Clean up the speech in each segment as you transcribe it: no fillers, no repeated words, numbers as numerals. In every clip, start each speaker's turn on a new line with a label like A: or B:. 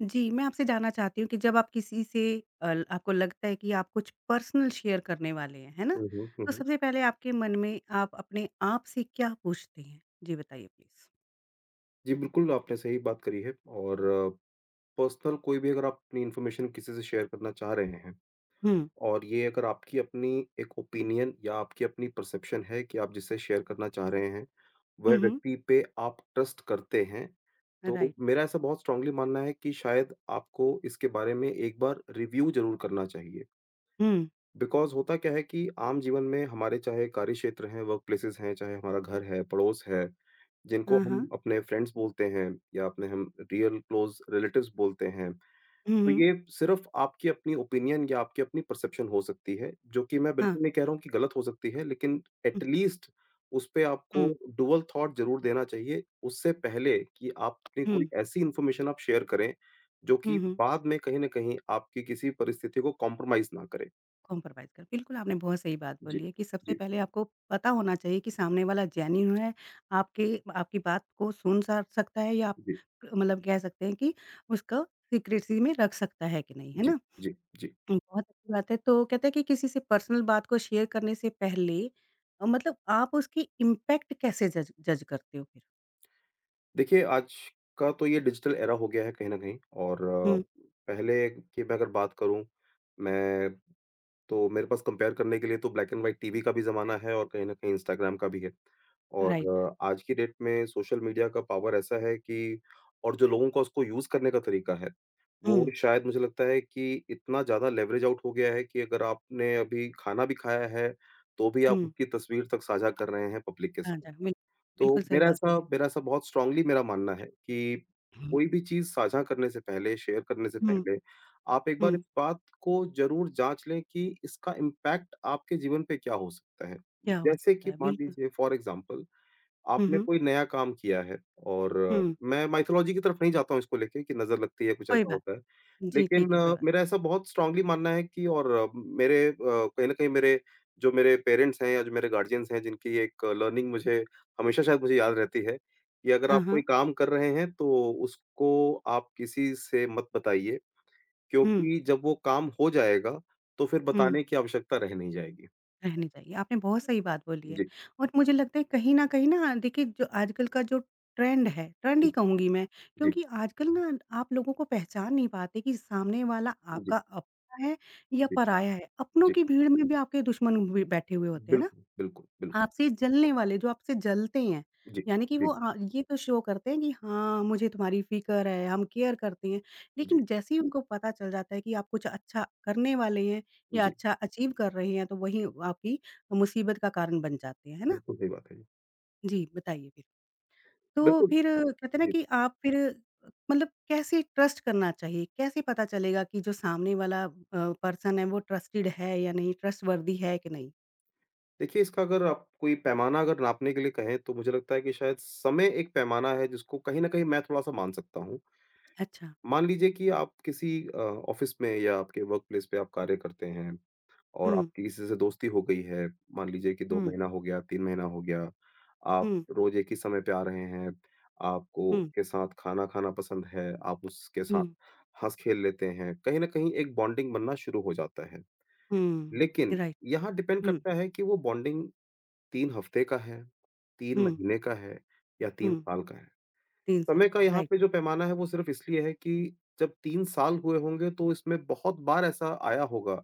A: जी, मैं आपसे जानना चाहती हूँ कि जब आप किसी से अल आपको लगता है कि आप कुछ पर्सनल शेयर करने वाले हैं, है ना?
B: हुँ, हुँ, हुँ,
A: तो
B: हुँ।
A: सबसे पहले आपके मन में आप अपने आप से क्या पूछते हैं? जी, बताइए प्लीज़?
B: जी, बिल्कुल आपने सही बात करी है और पर्सनल कोई भी अगर आप अपनी इन्फॉर्मेशन किसी से शेयर करना चाह रहे हैं
A: हुँ।
B: और ये अगर आपकी अपनी एक ओपिनियन या आपकी अपनी परसेप्शन है कि आप जिससे शेयर करना चाह रहे हैं, वह
A: हुँ, हुँ।
B: व्यक्ति पे आप ट्रस्ट करते हैं, तो
A: राइट।
B: मेरा ऐसा बहुत स्ट्रांगली मानना है कि शायद आपको इसके बारे में एक बार रिव्यू ज़रूर करना चाहिए।
A: हुँ।
B: बिकॉज़ होता क्या है कि आम जीवन में हमारे चाहे कार्य क्षेत्र हैं, वर्क प्लेसेस हैं, चाहे हमारा घर है, पड़ोस है, जिनको
A: हाँ,
B: हम
A: हाँ।
B: अपने फ्रेंड्स बोलते हैं या अपने हम रियल क्लोज़ रिलेटिव्स बोलते हैं।
A: हुँ,
B: तो
A: हुँ।
B: ये सिर्फ़ आपकी अपनी ओपिनियन या आपकी अपनी परसेप्शन हो सकती है, जो कि मैं
A: हाँ।
B: बिल्कुल नहीं कह रहा हूँ कि गलत हो सकती है, लेकिन एट
A: हुँ,
B: लीस्ट उस पे आपको
A: हुँ,
B: ड्यूअल थॉट ज़रूर देना चाहिए, उससे पहले कि आपने कोई
A: हुँ,
B: ऐसी इन्फॉर्मेशन आप शेयर करें, जो कि
A: हुँ, हुँ।
B: बाद में कहीं न कहीं आपकी किसी परिस्थिति को कॉम्प्रोमाइज़ ना करे।
A: कॉम्प्रोमाइज़ कर बिल्कुल, आपने बहुत सही बात
B: जी,
A: बोली है कि सबसे
B: जी।
A: पहले आपको पता होना चाहिए कि सामने वाला जेन्युइन है, आपके आपकी बात को सुन सा सकता है या आप
B: जी,
A: मतलब कह सकते हैं कि उसको सीक्रेसी में रख सकता है कि नहीं, है
B: जी,
A: ना?
B: जी, जी।
A: बहुत अच्छी बात है, तो कहते हैं कि किसी से पर्सनल बात को शेयर करने से पहले मतलब आप उसकी इम्पैक्ट कैसे जज जज करते हो फिर?
B: देखिए, आज का तो ये डिजिटल एरा हो गया है कहीं न कहीं और
A: हुँ,
B: पहले की मैं अगर बात करूँ, मैं तो मेरे पास कंपेयर करने के लिए तो ब्लैक एंड व्हाइट टीवी का भी ज़माना है और कहीं न कहीं इंस्टाग्राम का भी है। और
A: राइट।
B: आज की डेट में सोशल मीडिया का पावर ऐसा है कि और जो लोगों का उसको यूज़ करने का तरीका है, वो
A: हुँ,
B: शायद मुझे लगता है कि इतना ज़्यादा लेवरेज आउट हो गया है कि अगर आपने अभी खाना भी खाया है, तो भी आप
A: हुँ।
B: उसकी तस्वीर तक साझा कर रहे हैं पब्लिक के
A: हाँ,
B: साथ।
A: हाँ,
B: तो
A: बिल्कुल सही
B: मेरा
A: बात
B: ऐसा
A: बोली।
B: मेरा ऐसा बहुत स्ट्रांगली मेरा मानना है कि
A: हुँ,
B: कोई भी चीज़ साझा करने से पहले, शेयर करने से
A: हुँ,
B: पहले, आप एक बार
A: हुँ,
B: इस बात को ज़रूर जाँच लें कि इसका इम्पैक्ट आपके जीवन पे क्या हो सकता है।
A: क्या हो
B: जैसे
A: सकता
B: कि
A: है?
B: मान
A: बिल्कुल।
B: लीजिए फॉर एग्ज़ाम्पल
A: हुँ,
B: आपने
A: हुँ,
B: कोई नया काम किया है और
A: हुँ,
B: मैं माइथोलॉजी की तरफ नहीं जाता हूँ इसको लेके कि नज़र लगती है, कुछ
A: कोई
B: ऐसा
A: बात
B: होता है।
A: जी,
B: लेकिन
A: ठीक है, कोई बात
B: मेरा ऐसा बहुत स्ट्रॉन्गली मानना है कि और कहीं न कहीं मेरे जो मेरे पेरेंट्स हैं या जो मेरे गार्डियंस हैं जिनकी एक लर्निंग मुझे हमेशा शायद मुझे याद रहती है, कि अगर
A: हाँ,
B: आप कोई
A: हाँ।
B: काम कर रहे हैं तो उसको आप किसी से मत बताइए,
A: हुँ,
B: क्योंकि जब वो काम हो जाएगा तो फिर
A: हुँ,
B: बताने की आवश्यकता रह नहीं जाएगी।
A: रहनी चाहिए। आपने बहुत सही बात बोली है
B: जी,
A: और मुझे लगता है कहीं न कहीं ना देखिए जो आजकल का जो ट्रेंड है, ट्रेंड
B: जी,
A: ही कहूँगी मैं
B: जी,
A: क्योंकि आजकल ना आप लोगों को पहचान नहीं पाते कि सामने वाला आपका
B: जी,
A: अपना है या
B: जी,
A: पराया है। अपनों
B: जी,
A: की भीड़ में भी आपके दुश्मन भी बैठे हुए होते हैं ना?
B: बिल्कुल, बिल्कुल, बिल्कुल।
A: आपसे जलने वाले, जो आपसे जलते हैं,
B: जी,
A: यानी कि
B: जी,
A: वो ये तो शो करते हैं कि हाँ, मुझे तुम्हारी फ़िक्र है, हम केयर करते हैं।
B: जी,
A: लेकिन जैसे ही उनको पता चल जाता है कि आप कुछ अच्छा करने वाले हैं या
B: जी,
A: अच्छा अचीव कर रहे हैं, तो वही आपकी मुसीबत का कारण बन जाते हैं, है ना?
B: बिल्कुल सही बात है जी।
A: जी, बताइए फिर? तो
B: बिल्कुल,
A: फिर कहते हैं ना
B: जी।
A: कि आप फिर मतलब कैसे ट्रस्ट करना चाहिए? कैसे पता चलेगा कि जो सामने वाला पर्सन है, वो ट्रस्टेड है या नहीं, ट्रस्टवर्दी है कि नहीं?
B: देखिए इसका अगर आप कोई पैमाना अगर नापने के लिए कहें तो मुझे लगता है कि शायद समय एक पैमाना है जिसको कहीं न कहीं मैं थोड़ा-सा मान सकता हूँ।
A: अच्छा।
B: मान लीजिए कि आप किसी ऑफ़िस में या आपके वर्क प्लेस पे आप कार्य करते हैं और
A: हुँ,
B: आपकी किसी से दोस्ती हो गई है, मान लीजिए कि 2
A: हुँ,
B: महीना हो गया, 3 महीना हो गया, आप
A: हुँ,
B: रोज़ एक ही समय पे आ रहे हैं, आपको
A: हुँ,
B: उसके साथ खाना खाना पसंद है, आप उसके
A: हुँ।
B: साथ हँस-खेल लेते हैं, कहीं न कहीं एक बॉन्डिंग बनना शुरू हो जाता है।
A: हुँ,
B: लेकिन
A: राइट।
B: यहाँ डिपेंड
A: हुँ,
B: करता है कि वो बॉन्डिंग 3 हफ्ते का है, 3
A: हुँ,
B: महीने का है या 3
A: हुँ,
B: साल का है।
A: 3 साल
B: समय का
A: का है,
B: यहाँ
A: राइट।
B: पे जो पैमाना है वो सिर्फ़ इसलिए है कि जब 3 साल हुए होंगे तो इसमें बहुत बार ऐसा आया होगा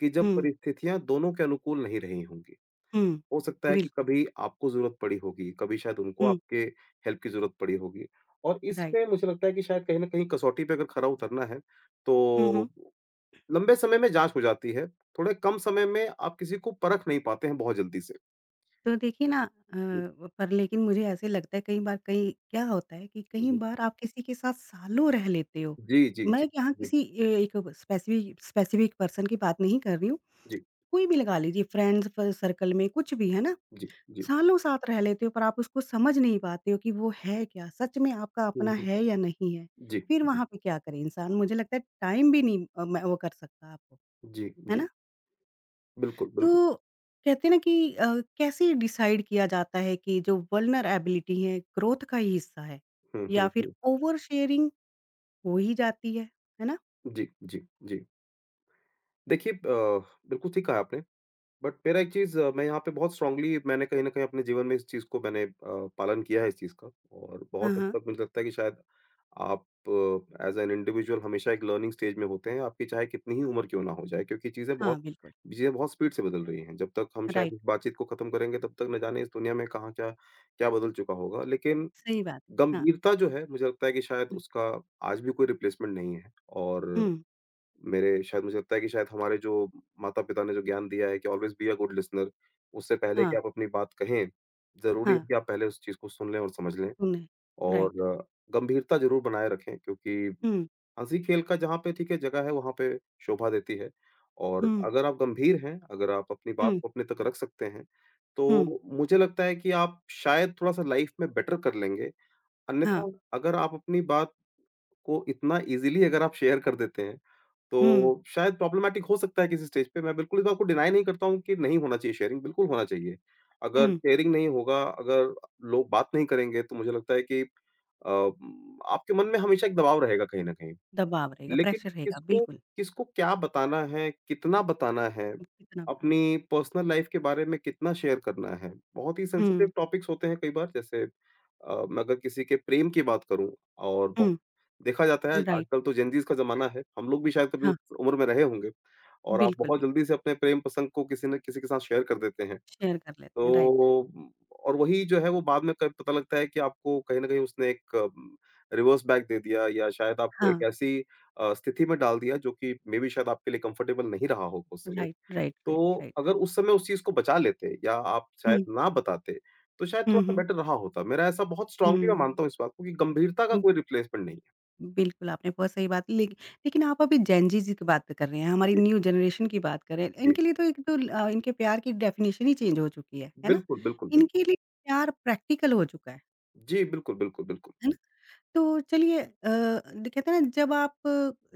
B: कि जब
A: हुँ,
B: परिस्थितियाँ दोनों के अनुकूल नहीं रही होंगी।
A: हुँ,
B: हो सकता है कि
A: बिल्कुल,
B: कभी आपको ज़रूरत पड़ी होगी, कभी शायद उनको
A: हुँ,
B: आपके हेल्प की ज़रूरत पड़ी होगी और इसमें
A: राइट।
B: मुझे लगता है कि शायद कहीं न कहीं कसौटी पे अगर खरा उतरना है
A: हुँ,
B: तो
A: हुँ।
B: लंबे समय में जाँच हो जाती है, थोड़े कम समय में आप किसी को परख नहीं पाते हैं बहुत जल्दी से।
A: तो देखिए ना
B: जी,
A: पर लेकिन मुझे ऐसे लगता है कई बार कई क्या होता है कि कई
B: जी।
A: बार आप किसी के साथ सालों रह लेते हो।
B: जी, जी,
A: मैं
B: जी,
A: यहाँ
B: जी,
A: किसी ए एक स्पेसिफ़िक पर्सन की बात नहीं कर रही हूँ,
B: जी,
A: कोई भी लगा लीजिए फ्रेंड्स फ सर्कल में कुछ भी, है ना?
B: जी, जी।
A: सालों साथ रह लेते हो पर आप उसको समझ नहीं पाते हो कि वो है क्या? सच में आपका
B: हुँ,
A: अपना
B: हुँ।
A: है या नहीं है?
B: जी,
A: फिर
B: जी,
A: वहाँ पे क्या करे इंसान? मुझे लगता है टाइम भी नहीं मैं वो कर सकता आपको,
B: जी,
A: है
B: जी।
A: ना?
B: बिल्कुल, बिल्कुल।
A: तो कहते हैं ना कि कैसे डिसाइड किया जाता है कि जो वल्नरेबिलिटी है ग्रोथ का ही हिस्सा है
B: हुँ, हुँ,
A: या फिर
B: हुँ।
A: ओवर शेयरिंग हो ही जाती है ना?
B: जी, जी, जी। देखिए बिल्कुल ठीक कहा आपने। बट मेरा एक चीज़ मैं यहाँ पे बहुत स्ट्रांगली मैंने कहीं न कहीं अपने जीवन में इस चीज़ को मैंने पालन किया है इस चीज़ का और
A: हाँ,
B: बहुत हद
A: हाँ।
B: तक मुझे लगता है कि शायद आप एज़ एन इंडिविजुअल हमेशा एक लर्निंग स्टेज में होते हैं, आपकी चाहे कितनी ही उम्र क्यों ना हो जाए क्योंकि
A: हाँ, बिल्कुल।
B: चीज़ें बहुत स्पीड से बदल रही हैं। जब तक हम शायद
A: राइट,
B: इस बातचीत को खत्म करेंगे तब तक न जाने इस दुनिया में कहाँ क्या, क्या बदल चुका होगा। लेकिन
A: सही बात है। हाँ।
B: गंभीरता जो है मुझे लगता है कि शायद
A: हुँ,
B: उसका आज भी कोई रिप्लेसमेंट नहीं है और
A: हुँ,
B: मेरे शायद मुझे लगता है कि शायद हमारे जो माता-पिता ने जो ज्ञान दिया है कि always be a good listener, उससे पहले कि
A: हाँ,
B: आप अपनी बात कहें, ज़रूरी
A: हाँ,
B: है कि आप पहले उस चीज़ को सुन लें और समझ लें
A: सुने
B: और
A: राइट।
B: गंभीरता ज़रूर बनाए रखें क्योंकि
A: हुँ,
B: हँसी-खेल का जहाँ पे ठीक है जगह है, वहाँ पे शोभा देती है और
A: हुँ,
B: अगर आप गंभीर हैं, अगर आप अपनी बात
A: हुँ,
B: को अपने तक रख सकते हैं,
A: हुँ,
B: तो मुझे लगता है कि आप शायद थोड़ा-सा लाइफ़ में बेटर कर लेंगे।
A: हाँ।
B: अन्यथा अगर आप अपनी बात को इतना ईज़िली अगर आप शेयर कर देते हैं,
A: हुँ,
B: तो शायद प्रॉब्लमैटिक हो सकता है किसी स्टेज पे, मैं बिल्कुल इस बात को डिनाई नहीं करता हूँ कि नहीं होना चाहिए शेयरिंग, बिल्कुल होना चाहिए। अगर
A: हुँ,
B: शेयरिंग नहीं होगा, अगर लोग बात नहीं करेंगे, तो मुझे लगता है कि आपके मन में हमेशा एक दबाव रहेगा कहीं न कहीं।
A: दबाव रहेगा,
B: लेकिन
A: प्रेशर रहेगा,
B: किसको
A: बिल्कुल।
B: किसको क्या बताना है, कितना बताना है,
A: कितना बताना है।
B: अपनी पर्सनल लाइफ के बारे में कितना शेयर करना है, बहुत ही सेंसिटिव
A: हुँ,
B: टॉपिक्स होते हैं कई बार जैसे मैं अगर किसी के प्रेम की बात करूँ और बहु
A: हुँ,
B: देखा जाता है
A: राइट,
B: आजकल तो जेनज़ीज़ का ज़माना है, हम लोग भी शायद कभी
A: हाँ,
B: उस उम्र में रहे होंगे और आप
A: बिल्कुल,
B: बहुत
A: बिल्कुल,
B: जल्दी से अपने प्रेम प्रसंग को किसी न किसी के साथ शेयर कर देते हैं।
A: शेयर कर लेते हैं, राइट।
B: तो और वही जो है वो बाद में क पता लगता है कि आपको कहीं न कहीं उसने एक रिवर्स बैक दे दिया या शायद आपको
A: हाँ,
B: एक ऐसी स्थिति में डाल दिया जो कि मे बी शायद आपके लिए कंफर्टेबल नहीं रहा होगा उस समय।
A: राइट, राइट, राइट,
B: तो
A: राइट।
B: अगर उस समय उस चीज़ को बचा लेते या आप शायद
A: हुँ,
B: ना बताते, तो शायद
A: हुँ,
B: थोड़ा-सा
A: हुँ,
B: बेटर रहा होता। मेरा ऐसा बहुत
A: हुँ,
B: स्ट्रांगली मैं मानता हूँ इस बात को कि गंभीरता का
A: हुँ,
B: कोई रिप्लेसमेंट नहीं है।
A: बिल्कुल, आपने बहुत सही बात लेकिन आप अभी जेन ज़ी ज़ी की बात कर रहे हैं, हमारी
B: जी,
A: न्यू जनरेशन की बात कर रहे हैं,
B: जी।
A: इनके लिए तो एक तो इनके प्यार की डेफ़िनेशन ही चेंज हो चुकी है ना?
B: बिल्कुल, बिल्कुल, बिल्कुल।
A: इनके लिए प्यार प्रैक्टिकल हो चुका है।
B: जी, बिल्कुल, बिल्कुल, बिल्कुल।
A: है ना? तो चलिए अ, द कहते हैं ना जब आप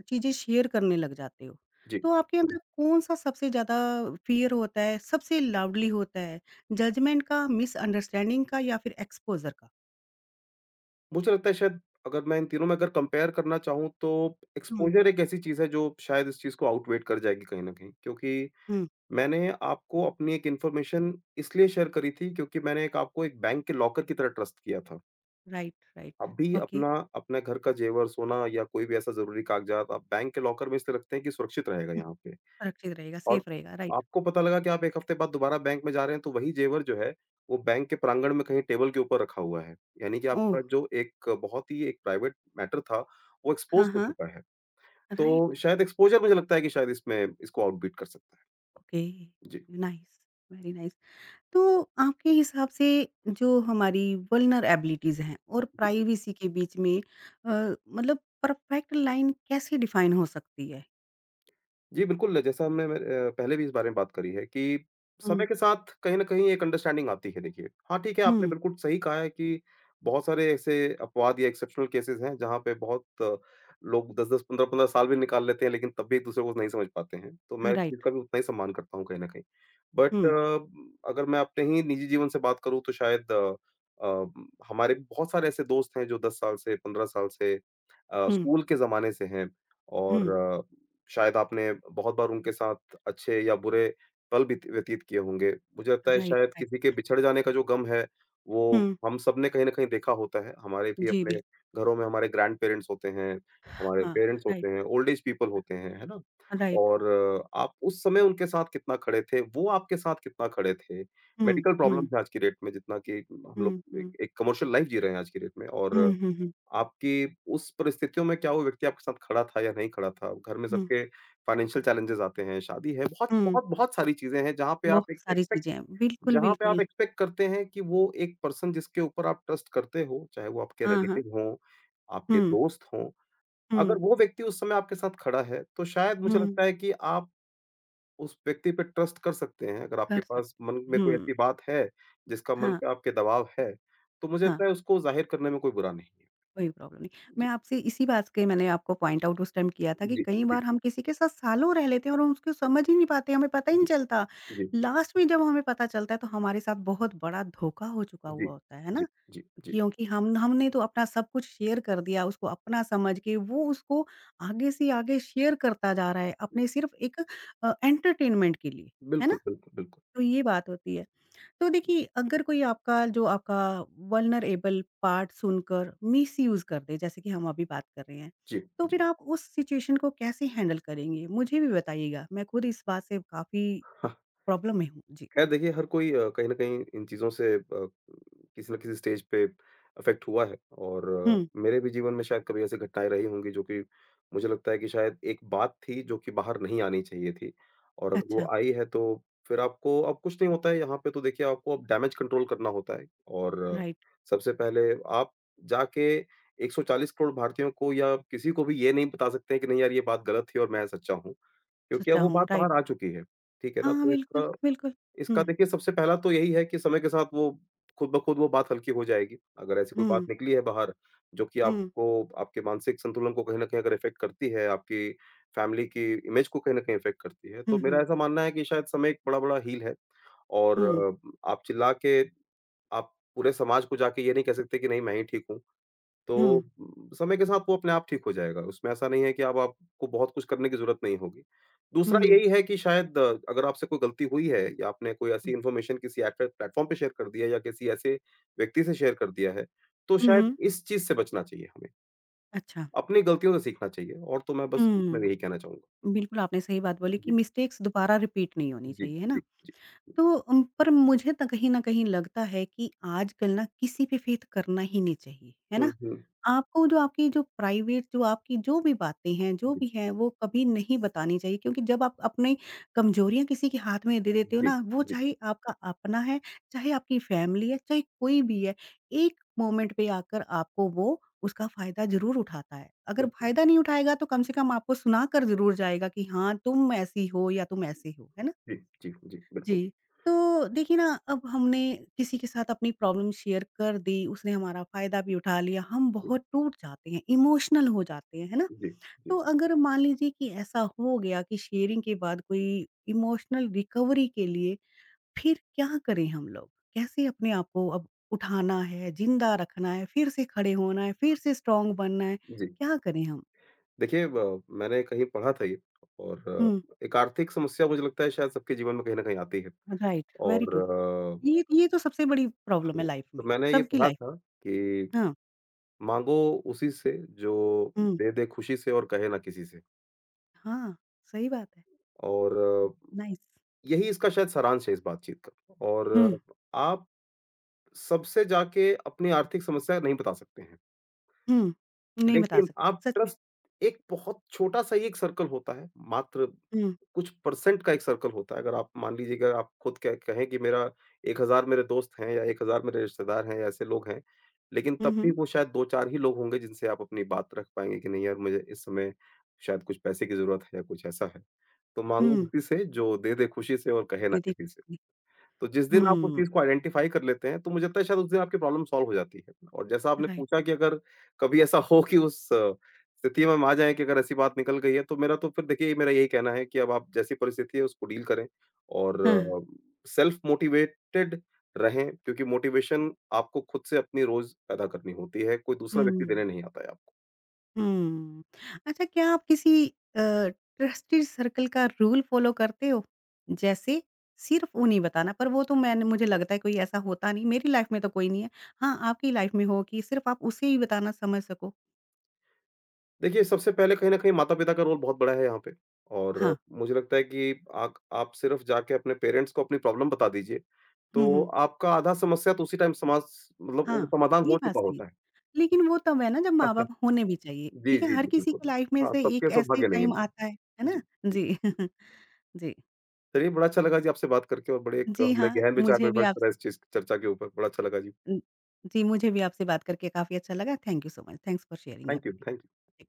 A: चीज़ें शेयर करने लग जाते हो,
B: जी।
A: तो आपके अंदर कौन-सा सबसे ज़्यादा फ़ियर होता है, सबसे लाउडली होता है? जजमेंट का, मिसअंडरस्टैंडिंग का या फिर एक्सपोज़र का?
B: मुझे लगता है शायद अगर मैं इन तीनों में अगर कंपेयर करना चाहूँ तो
A: हुँ,
B: एक्सपोज़र एक ऐसी चीज़ है जो शायद इस चीज़ को आउटवेट कर जाएगी कहीं न कहीं। क्योंकि
A: हुँ।
B: मैंने आपको अपनी एक इन्फॉर्मेशन इसलिए शेयर करी थी क्योंकि मैंने एक आपको एक बैंक के लॉकर की तरह ट्रस्ट किया था।
A: Right, right.
B: आप भी
A: ओके।
B: अपना अपने घर का जेवर, सोना या कोई भी ऐसा ज़रूरी कागज़ात आप बैंक के लॉकर में इसलिए रखते हैं कि सुरक्षित रहेगा
A: हुँ,
B: यहाँ पे।
A: सुरक्षित रहेगा,
B: और
A: सेफ रहेगा, राइट।
B: आपको पता लगा कि आप 1 हफ्ते बाद दोबारा बैंक में जा रहे हैं, तो वही ज़ेवर जो है, वो बैंक के प्रांगण में कहीं टेबल के ऊपर रखा हुआ है। यानी कि
A: ओह!
B: आपका जो एक बहुत ही एक प्राइवेट मैटर था, वो
A: हाँ,
B: एक्सपोज़ हो
A: हाँ।
B: चुका है। तो
A: राइट,
B: शायद एक्सपोज़र मुझे लगता है कि शायद इसमें इसको आउटबीट कर सकता है।
A: ओके।
B: जी,
A: नाइस, वेरी नाइस। तो आपके हिसाब से जो हमारी वल्नरेबिलिटीज़ हैं और
B: जी।
A: प्राइवेसी के बीच में अ, मतलब परफेक्ट लाइन कैसे डिफाइन हो सकती है?
B: जी, बिल्कुल, जैसा हमने पहले भी इस बारे में बात करी है कि समय
A: हुँ,
B: के साथ कहीं न कहीं एक अंडरस्टैंडिंग आती है देखिए। हाँ, ठीक है, आपने
A: हुँ,
B: बिल्कुल सही कहा है कि बहुत सारे ऐसे अपवाद या एक्सेप्शनल केसेज़ हैं, जहाँ पे बहुत लोग 10-10, 15-15 साल भी निकाल लेते हैं, लेकिन तब भी एक-दूसरे को नहीं समझ पाते हैं। तो मैं इस चीज़
A: राइट,
B: का भी उतना ही सम्मान करता हूँ कहीं न कहीं। बट
A: हुँ,
B: अगर मैं अपने ही निजी जीवन से बात करूँ, तो शायद अ, हमारे भी बहुत सारे ऐसे दोस्त हैं, जो 10 साल से, 15 साल से
A: हुँ,
B: स्कूल के ज़माने से हैं
A: हुँ,
B: और शायद आपने बहुत बार उनके साथ अच्छे या बुरे पल बीत व्यतीत किए होंगे। मुझे लगता है
A: राइट,
B: शायद
A: राइट,
B: किसी के बिछड़ जाने का जो गम है, वो
A: हुँ,
B: हम सबने कहीं न कहीं देखा होता है। हमारे भी
A: जी,
B: अपने
A: बिल्कुल,
B: घरों में हमारे ग्रैंड-पेरेंट्स होते हैं, हमारे
A: हाँ,
B: पेरेंट्स
A: राइट,
B: होते हैं, ओल्ड एज पीपल होते हैं, है ना?
A: राइट,
B: और आप उस समय उनके साथ कितना खड़े थे, वो आपके साथ कितना खड़े थे?
A: हुँ,
B: मेडिकल प्रॉब्लम्स
A: हुँ,
B: हैं आज की डेट में जितना कि हम
A: हुँ,
B: लोग एक
A: हुँ,
B: एक कमर्शियल लाइफ़ जी रहे हैं आज की डेट में और
A: हुँ, हुँ, हुँ,
B: आपकी उस परिस्थितियों में क्या वो व्यक्ति आपके साथ खड़ा था या नहीं खड़ा था? घर में
A: हुँ,
B: सबके फाइनेंशियल चैलेंजेज़ आते हैं, शादी है, बहुत
A: हुँ,
B: बहुत बहुत सारी चीज़ें हैं जहाँ पे आप
A: बहुत
B: एक
A: सारी
B: एक्सपेक्ट
A: चीज़ें हैं, बिल्कुल,
B: जहाँ पे आप
A: बिल्कुल,
B: एक्सपेक्ट करते हैं कि वो एक पर्सन जिसके ऊपर आप ट्रस्ट करते हो, चाहे वो आपके
A: हाँ, हाँ,
B: रिलेटिव हों, आपके
A: हुँ,
B: दोस्त हों, अगर
A: हुँ,
B: वो व्यक्ति उस समय आपके साथ खड़ा है, तो शायद मुझे
A: हुँ,
B: लगता है कि आप उस व्यक्ति पे ट्रस्ट कर सकते हैं। अगर आपके
A: कर
B: पास
A: सकते
B: मन में
A: हो,
B: कोई
A: हुँ,
B: ऐसी बात है, जिसका मन
A: हाँ,
B: पे आपके दबाव है, तो मुझे लगता
A: हाँ।
B: है उसको ज़ाहिर करने में कोई बुरा नहीं है।
A: कोई प्रॉब्लम नहीं।
B: जी,
A: मैं आपसे इसी बात के मैंने आपको पॉइंट आउट उस टाइम किया था कि
B: जी,
A: कई बार हम किसी के साथ सालों रह लेते हैं और हम उसको समझ ही नहीं पाते, हमें पता ही
B: जी।
A: नहीं चलता।
B: जी,
A: लास्ट में जब हमें पता चलता है तो हमारे साथ बहुत बड़ा धोखा हो चुका
B: जी,
A: हुआ होता है
B: जी,
A: ना?
B: जी, जी।
A: क्योंकि हम हमने तो अपना सब कुछ शेयर कर दिया, उसको अपना समझ के वो उसको आगे से आगे शेयर करता जा रहा है, अपने सिर्फ़ एक एंटरटेनमेंट के लिए, है
B: बिल्कुल,
A: ना?
B: बिल्कुल, बिल्कुल।
A: तो ये बात होती है। तो देखिए, अगर कोई आपका जो आपका वल्नरेबल पार्ट सुनकर मिसयूज़ कर दे, जैसे कि हम अभी बात कर रहे हैं,
B: जी,
A: तो
B: जी।
A: फिर आप उस सिचुएशन को कैसे हैंडल करेंगे? मुझे भी बताइएगा, मैं खुद इस बात से काफ़ी प्रॉब्लम में हूँ। जी।
B: खैर देखिए हर कोई कहीं न कहीं इन चीज़ों से किसी न किसी स्टेज पे अफ़ेक्ट हुआ है और
A: हुँ,
B: मेरे भी जीवन में शायद कभी ऐसी घटनाएँ रही होंगी जो कि मुझे लगता है कि शायद एक बात थी जो कि बाहर नहीं आनी चाहिए थी, और अगर वो
A: अच्छा,
B: आई है तो फिर आपको अब कुछ नहीं होता है यहाँ पे। तो देखिए आपको अब डैमेज कंट्रोल करना होता है और
A: राइट,
B: सबसे पहले आप जाके 140 करोड़ भारतीयों को या किसी को भी ये नहीं बता सकते हैं कि नहीं यार ये बात गलत थी और मैं सच्चा हूँ, क्योंकि अब
A: सच्चा
B: वो
A: हूँ,
B: बात
A: राइट।
B: बाहर आ चुकी है। ठीक है ना?
A: हाँ,
B: तो
A: बिल्कुल,
B: इसका
A: बिल्कुल।
B: इसका
A: हुँ,
B: देखिए सबसे पहला तो यही है कि समय के साथ वो खुद ब खुद वो बात हल्की हो जाएगी। अगर ऐसी कोई बात
A: हुँ,
B: निकली है बाहर जो कि
A: हुँ,
B: आपको आपके मानसिक संतुलन को कहीं न कहीं अगर इफ़ेक्ट करती है, आपकी फैमिली की इमेज को कहीं न कहीं इफ़ेक्ट करती है, तो
A: हुँ,
B: मेरा
A: हुँ,
B: ऐसा मानना है कि शायद समय एक बड़ा-बड़ा हील है और
A: हुँ,
B: आप चिल्ला के आप पूरे समाज को जाके ये नहीं कह सकते कि नहीं मैं ही ठीक हूँ। तो
A: हुँ,
B: समय के साथ वो अपने आप ठीक हो जाएगा, उसमें ऐसा नहीं है कि अब आपको बहुत कुछ करने की ज़रूरत नहीं होगी। दूसरा
A: हुँ,
B: यही है कि शायद अगर आपसे कोई गलती हुई है या आपने कोई ऐसी इन्फॉर्मेशन किसी ऐसे प्लेटफ़ॉर्म पे शेयर कर दिया या किसी ऐसे व्यक्ति से शेयर कर दिया है, तो
A: हुँ,
B: शायद
A: हुँ,
B: इस चीज़ से बचना चाहिए हमें।
A: अच्छा।
B: अपनी गलतियों से सीखना चाहिए और तो मैं बस इसमें
A: हुँ,
B: यही कहना चाहूँगा।
A: बिल्कुल आपने सही बात बोली कि
B: जी,
A: मिस्टेक्स दोबारा रिपीट नहीं होनी
B: जी,
A: चाहिए, है
B: जी,
A: ना?
B: जी।
A: तो पर मुझे तो कहीं न कहीं लगता है कि आजकल ना किसी पे फ़ेथ करना ही नहीं चाहिए, है
B: हुँ,
A: ना?
B: हुँ।
A: आपको जो आपकी जो प्राइवेट जो आपकी जो भी बातें हैं, जो
B: जी,
A: भी हैं वो कभी नहीं बतानी चाहिए क्योंकि जब आप अपनी कमजोरियाँ किसी के हाथ में दे देते हो
B: जी,
A: ना, वो
B: जी,
A: चाहे आपका अपना है, चाहे आपकी फैमिली है, चाहे कोई भी है, एक मोमेंट पे आकर आपको वो उसका फ़ायदा ज़रूर उठाता है। अगर
B: बिल्कुल।
A: फ़ायदा नहीं उठाएगा तो कम से कम आपको सुना कर ज़रूर जाएगा कि हाँ, तुम ऐसी हो या तुम ऐसे हो, है ना?
B: जी, जी, जी, बिल्कुल।
A: जी। तो देखिए ना, अब हमने किसी के साथ अपनी प्रॉब्लम शेयर कर दी, उसने हमारा फ़ायदा भी उठा लिया, हम
B: जी,
A: बहुत टूट जाते हैं, इमोशनल हो जाते हैं, है ना?
B: जी,
A: तो
B: जी,
A: अगर मान लीजिए कि ऐसा हो गया कि शेयरिंग के बाद कोई इमोशनल रिकवरी के लिए फिर क्या करें हम लोग? कैसे अपने आप को अब उठाना है, ज़िंदा रखना है, फिर से खड़े होना है, फिर से स्ट्रॉन्ग बनना है,
B: जी।
A: क्या करें हम?
B: देखिए ब मैंने कहीं पढ़ा था ये और
A: हुँ,
B: एक आर्थिक समस्या मुझे लगता है शायद सबके जीवन में कहीं न कहीं आती है
A: राइट, वेरी
B: और
A: ट्रू। ये
B: अ,
A: ये तो सबसे बड़ी प्रॉब्लम
B: हाँ,
A: है लाइफ़
B: तो
A: में,
B: मैंने ये
A: सबकी
B: पढ़ा
A: लाइफ़।
B: था कि
A: हाँ,
B: माँगो उसी से जो
A: हुँ।
B: दे दे खुशी से और कहे ना किसी से।
A: हाँ, सही बात है।
B: और
A: नाइस।
B: यही इसका शायद सारांश है इस बातचीत का। और
A: हुँ,
B: आप सबसे जाके अपनी आर्थिक समस्या नहीं बता सकते हैं।
A: हुँ। नहीं बता
B: लेकिन
A: सकते,
B: आप
A: सच में।
B: ट्रस्ट एक बहुत छोटा-सा ही एक सर्कल होता है, मात्र
A: हुँ,
B: कुछ परसेंट का एक सर्कल होता है। अगर आप मान लीजिए कि अगर आप खुद कह कहें कि मेरा 1000 मेरे दोस्त हैं या 1000 मेरे रिश्तेदार हैं या ऐसे लोग हैं, लेकिन
A: हुँ,
B: तब भी
A: हुँ,
B: वो शायद 2-4 ही लोग होंगे जिनसे आप अपनी बात रख पाएँगे कि नहीं यार मुझे इस समय शायद कुछ पैसे की ज़रूरत है या कुछ ऐसा है। तो माँगो
A: हुँ।
B: उसी से जो दे दे खुशी से और कहे ना
A: दीदी
B: किसी
A: कुछ
B: से।
A: नहीं।
B: तो जिस दिन आप उस
A: हुँ,
B: चीज़ को आइडेंटिफ़ाई कर लेते हैं, तो मुझे लगता है शायद उस दिन आपकी प्रॉब्लम सॉल्व हो जाती है। और जैसा आपने
A: राइट।
B: पूछा कि अगर कभी ऐसा हो कि उस स्थिति में हम आ जाएँ कि अगर ऐसी बात निकल गई है, तो मेरा तो फिर देखिए मेरा यही कहना है कि अब आप जैसी परिस्थिति है उसको डील करें
A: हाँ, हाँ।
B: और सेल्फ मोटिवेटेड रहें, क्योंकि मोटिवेशन आपको खुद से अपनी रोज़ पैदा करनी होती है, कोई दूसरा व्यक्ति देने
A: हुँ,
B: नहीं आता है आपको।
A: हुँ। अच्छा क्या आप किसी अ, ट्रस्टेड सर्कल का रूल फ़ॉलो करते हो? जैसे सिर्फ़ उन्हें बताना, पर वो तो मैंने मुझे लगता है कोई ऐसा होता नहीं, मेरी लाइफ़ में तो कोई नहीं है। हाँ, आपकी लाइफ़ में हो कि सिर्फ़ आप उसे ही बताना समझ सको?
B: देखिए, सबसे पहले कहीं न कहीं माता-पिता का रोल बहुत बड़ा है यहाँ पे और
A: हाँ।
B: मुझे लगता है कि आक आप सिर्फ़ जाके अपने पेरेंट्स को अपनी प्रॉब्लम बता दीजिए,
A: हुँ,
B: तो
A: हुँ।
B: आपका आधा समस्या तो उसी टाइम समाज मतलब वो
A: हाँ,
B: समाधान
A: ये
B: हो
A: बात
B: चुका
A: सही है।
B: होता है।
A: लेकिन वो तब है ना जब माँ-बाप होने भी चाहिए,
B: जी,
A: ठीक है?
B: जी,
A: हर
B: जी,
A: किसी
B: बिल्कुल।
A: की लाइफ़ में
B: हाँ,
A: से
B: सबके
A: एक ऐसे
B: सौभाग्य नहीं है।
A: टाइम
B: जी,
A: आता है
B: जी।
A: ना?
B: जी,
A: जी, जी।
B: चलिए बड़ा अच्छा लगा जी आपसे बात करके और बड़े एक
A: जी
B: हमने
A: हाँ,
B: गहन विचार
A: मुझे भी
B: विमर्श
A: आप
B: करा इस चीज़ चर्चा के ऊपर, बड़ा अच्छा लगा जी।
A: उम, जी मुझे भी आपसे बात करके काफ़ी अच्छा लगा। Thank you so much. Thanks for sharing
B: thank you, thank you.
A: Everything.